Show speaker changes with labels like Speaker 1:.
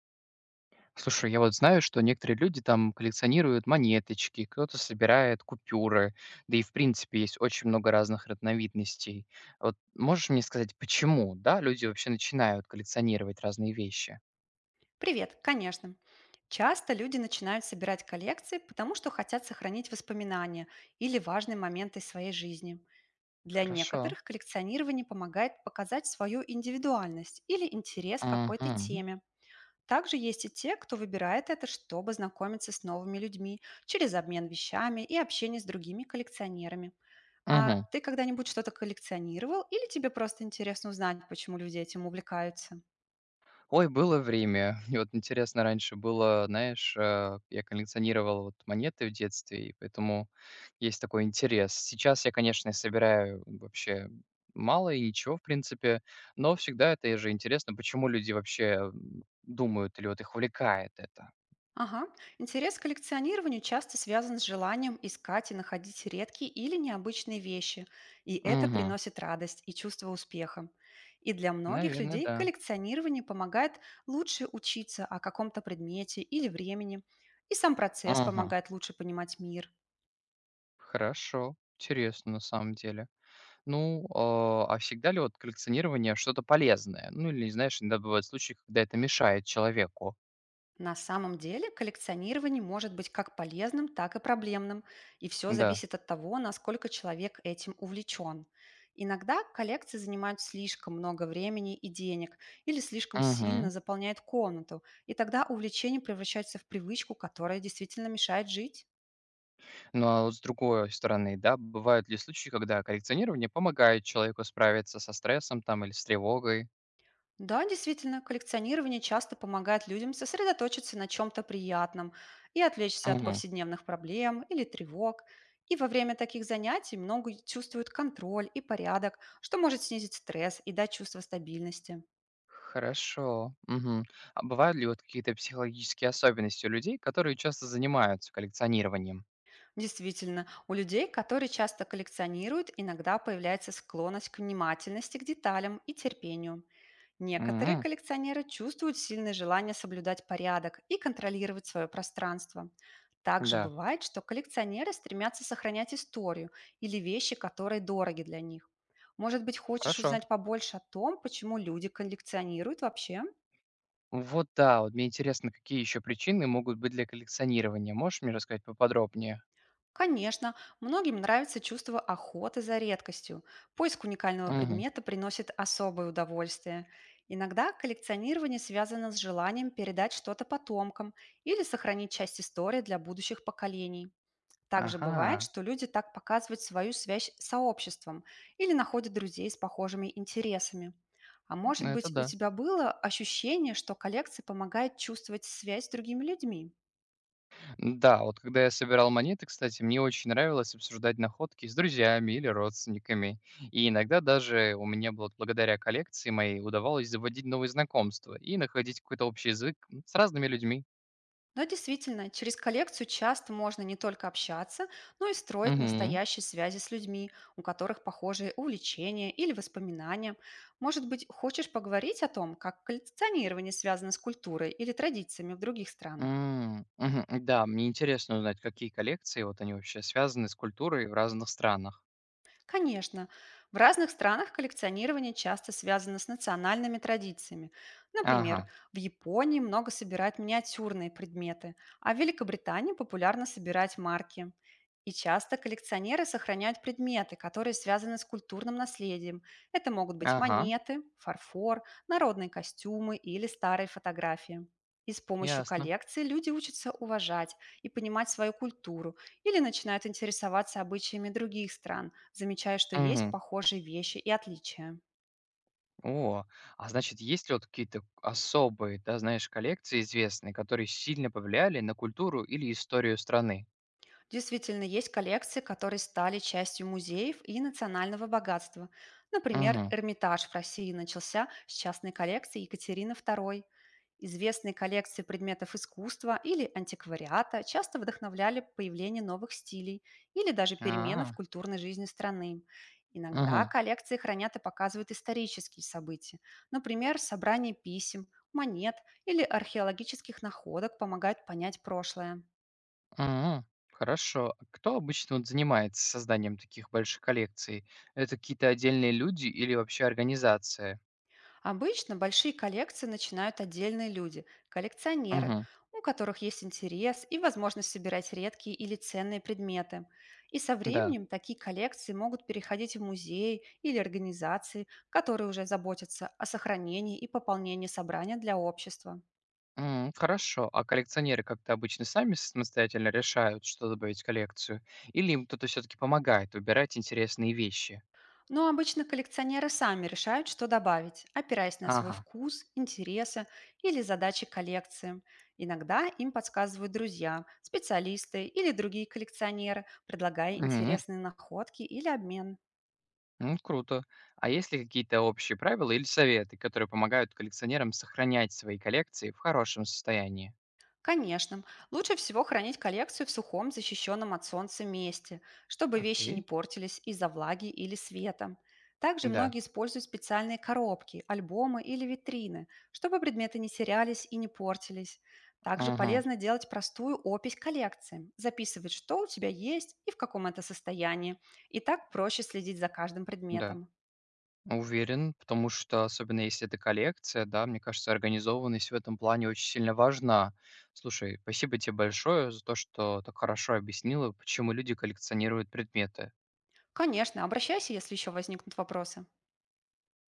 Speaker 1: Слушай, я вот знаю, что некоторые люди там коллекционируют монеточки, кто-то собирает купюры, да и в принципе есть очень много разных разновидностей. Вот можешь мне сказать, почему, да, люди вообще начинают коллекционировать разные вещи?
Speaker 2: Привет, конечно. Часто люди начинают собирать коллекции, потому что хотят сохранить воспоминания или важные моменты из своей жизни. Для
Speaker 1: Хорошо.
Speaker 2: некоторых коллекционирование помогает показать свою индивидуальность или интерес к какой-то теме. Также есть и те, кто выбирает это, чтобы знакомиться с новыми людьми через обмен вещами и общение с другими коллекционерами. А
Speaker 1: Угу.
Speaker 2: ты когда-нибудь что-то коллекционировал или тебе просто интересно узнать, почему люди этим увлекаются?
Speaker 1: Ой, было время. И вот интересно, раньше было, знаешь, я коллекционировал вот монеты в детстве, и поэтому есть такой интерес. Сейчас я, конечно, собираю вообще мало и ничего, в принципе, но всегда это же интересно, почему люди вообще думают или вот их увлекает это.
Speaker 2: Ага. Интерес к коллекционированию часто связан с желанием искать и находить редкие или необычные вещи, и это
Speaker 1: Угу.
Speaker 2: приносит радость и чувство успеха. И для многих
Speaker 1: Наверное,
Speaker 2: людей
Speaker 1: да.
Speaker 2: коллекционирование помогает лучше учиться о каком-то предмете или времени, и сам процесс
Speaker 1: Угу.
Speaker 2: помогает лучше понимать мир.
Speaker 1: Хорошо. Интересно, на самом деле. Ну, а всегда ли вот коллекционирование что-то полезное? Ну, или, знаешь, иногда бывают случаи, когда это мешает человеку.
Speaker 2: На самом деле коллекционирование может быть как полезным, так и проблемным, и все
Speaker 1: Да.
Speaker 2: зависит от того, насколько человек этим увлечен. Иногда коллекции занимают слишком много времени и денег или слишком
Speaker 1: Мгм.
Speaker 2: сильно заполняют комнату, и тогда увлечение превращается в привычку, которая действительно мешает жить.
Speaker 1: Ну, а вот с другой стороны, да, бывают ли случаи, когда коллекционирование помогает человеку справиться со стрессом там или с тревогой?
Speaker 2: Да, действительно, коллекционирование часто помогает людям сосредоточиться на чем-то приятном и отвлечься от
Speaker 1: Мгм.
Speaker 2: повседневных проблем или тревог. И во время таких занятий много чувствуют контроль и порядок, что может снизить стресс и дать чувство стабильности.
Speaker 1: Хорошо. Мгм. А бывают ли вот какие-то психологические особенности у людей, которые часто занимаются коллекционированием?
Speaker 2: Действительно, у людей, которые часто коллекционируют, иногда появляется склонность к внимательности к деталям и терпению. Некоторые
Speaker 1: М,
Speaker 2: коллекционеры чувствуют сильное желание соблюдать порядок и контролировать свое пространство. Также
Speaker 1: Да,
Speaker 2: бывает, что коллекционеры стремятся сохранять историю или вещи, которые дороги для них. Может быть, хочешь
Speaker 1: хорошо.
Speaker 2: узнать побольше о том, почему люди коллекционируют вообще?
Speaker 1: Вот да, вот мне интересно, какие еще причины могут быть для коллекционирования. Можешь мне рассказать поподробнее?
Speaker 2: Конечно, многим нравится чувство охоты за редкостью. Поиск уникального
Speaker 1: Мгм.
Speaker 2: предмета приносит особое удовольствие. Иногда коллекционирование связано с желанием передать что-то потомкам или сохранить часть истории для будущих поколений. Также бывает,
Speaker 1: Ага,
Speaker 2: что люди так показывают свою связь с сообществом или находят друзей с похожими интересами. А может
Speaker 1: ну это
Speaker 2: быть, у
Speaker 1: да.
Speaker 2: тебя было ощущение, что коллекция помогает чувствовать связь с другими людьми?
Speaker 1: Да, вот когда я собирал монеты, кстати, мне очень нравилось обсуждать находки с друзьями или родственниками. И иногда даже у меня было, вот благодаря коллекции моей, удавалось заводить новые знакомства и находить какой-то общий язык с разными людьми.
Speaker 2: Да, действительно, через коллекцию часто можно не только общаться, но и строить
Speaker 1: Мгм.
Speaker 2: настоящие связи с людьми, у которых похожие увлечения или воспоминания. Может быть, хочешь поговорить о том, как коллекционирование связано с культурой или традициями в других странах?
Speaker 1: М, мгм. Да, мне интересно узнать, какие коллекции, вот они вообще связаны с культурой в разных странах.
Speaker 2: Конечно, в разных странах коллекционирование часто связано с национальными традициями. Например,
Speaker 1: Ага,
Speaker 2: в Японии много собирают миниатюрные предметы, а в Великобритании популярно собирать марки. И часто коллекционеры сохраняют предметы, которые связаны с культурным наследием. Это могут быть
Speaker 1: ага,
Speaker 2: монеты, фарфор, народные костюмы или старые фотографии. И с помощью
Speaker 1: ясно.
Speaker 2: коллекции люди учатся уважать и понимать свою культуру, или начинают интересоваться обычаями других стран, замечая, что есть
Speaker 1: Мгм.
Speaker 2: похожие вещи и отличия.
Speaker 1: О, а значит, есть ли вот какие-то особые, да, знаешь, коллекции известные, которые сильно повлияли на культуру или историю страны?
Speaker 2: Действительно, есть коллекции, которые стали частью музеев и национального богатства. Например,
Speaker 1: Мгм.
Speaker 2: Эрмитаж в России начался с частной коллекции Екатерины II. Известные коллекции предметов искусства или антиквариата часто вдохновляли появление новых стилей или даже перемены в
Speaker 1: А,
Speaker 2: культурной жизни страны. Иногда
Speaker 1: мгм,
Speaker 2: коллекции хранят и показывают исторические события. Например, собрание писем, монет или археологических находок помогают понять прошлое.
Speaker 1: мгм. Хорошо. А кто обычно вот занимается созданием таких больших коллекций? Это какие-то отдельные люди или вообще организация?
Speaker 2: Обычно большие коллекции начинают отдельные люди– коллекционеры,
Speaker 1: Мгм.
Speaker 2: у которых есть интерес и возможность собирать редкие или ценные предметы. И со
Speaker 1: Да.
Speaker 2: временем такие коллекции могут переходить в музеи или организации, которые уже заботятся о сохранении и пополнении собрания для общества.
Speaker 1: Хорошо. А коллекционеры как-то обычно сами самостоятельно решают, что добавить в коллекцию? Или им кто-то все-таки помогает выбирать интересные вещи?
Speaker 2: Но обычно коллекционеры сами решают, что добавить, опираясь на свой
Speaker 1: Ага.
Speaker 2: вкус, интересы или задачи коллекции. Иногда им подсказывают друзья, специалисты или другие коллекционеры, предлагая
Speaker 1: М,
Speaker 2: интересные находки или обмен.
Speaker 1: Ну, круто. А есть ли какие-то общие правила или советы, которые помогают коллекционерам сохранять свои коллекции в хорошем состоянии?
Speaker 2: Конечно, лучше всего хранить коллекцию в сухом, защищенном от солнца месте, чтобы вещи не
Speaker 1: Окей,
Speaker 2: портились из-за влаги или света. Также
Speaker 1: да.
Speaker 2: многие используют специальные коробки, альбомы или витрины, чтобы предметы не терялись и не портились. Также
Speaker 1: Угу.
Speaker 2: полезно делать простую опись коллекции, записывать, что у тебя есть и в каком это состоянии. И так проще следить за каждым
Speaker 1: Да.
Speaker 2: предметом.
Speaker 1: Уверен, потому что, особенно если это коллекция, да, мне кажется, организованность в этом плане очень сильно важна. Слушай, спасибо тебе большое за то, что так хорошо объяснила, почему люди коллекционируют предметы.
Speaker 2: Конечно, обращайся, если еще возникнут вопросы.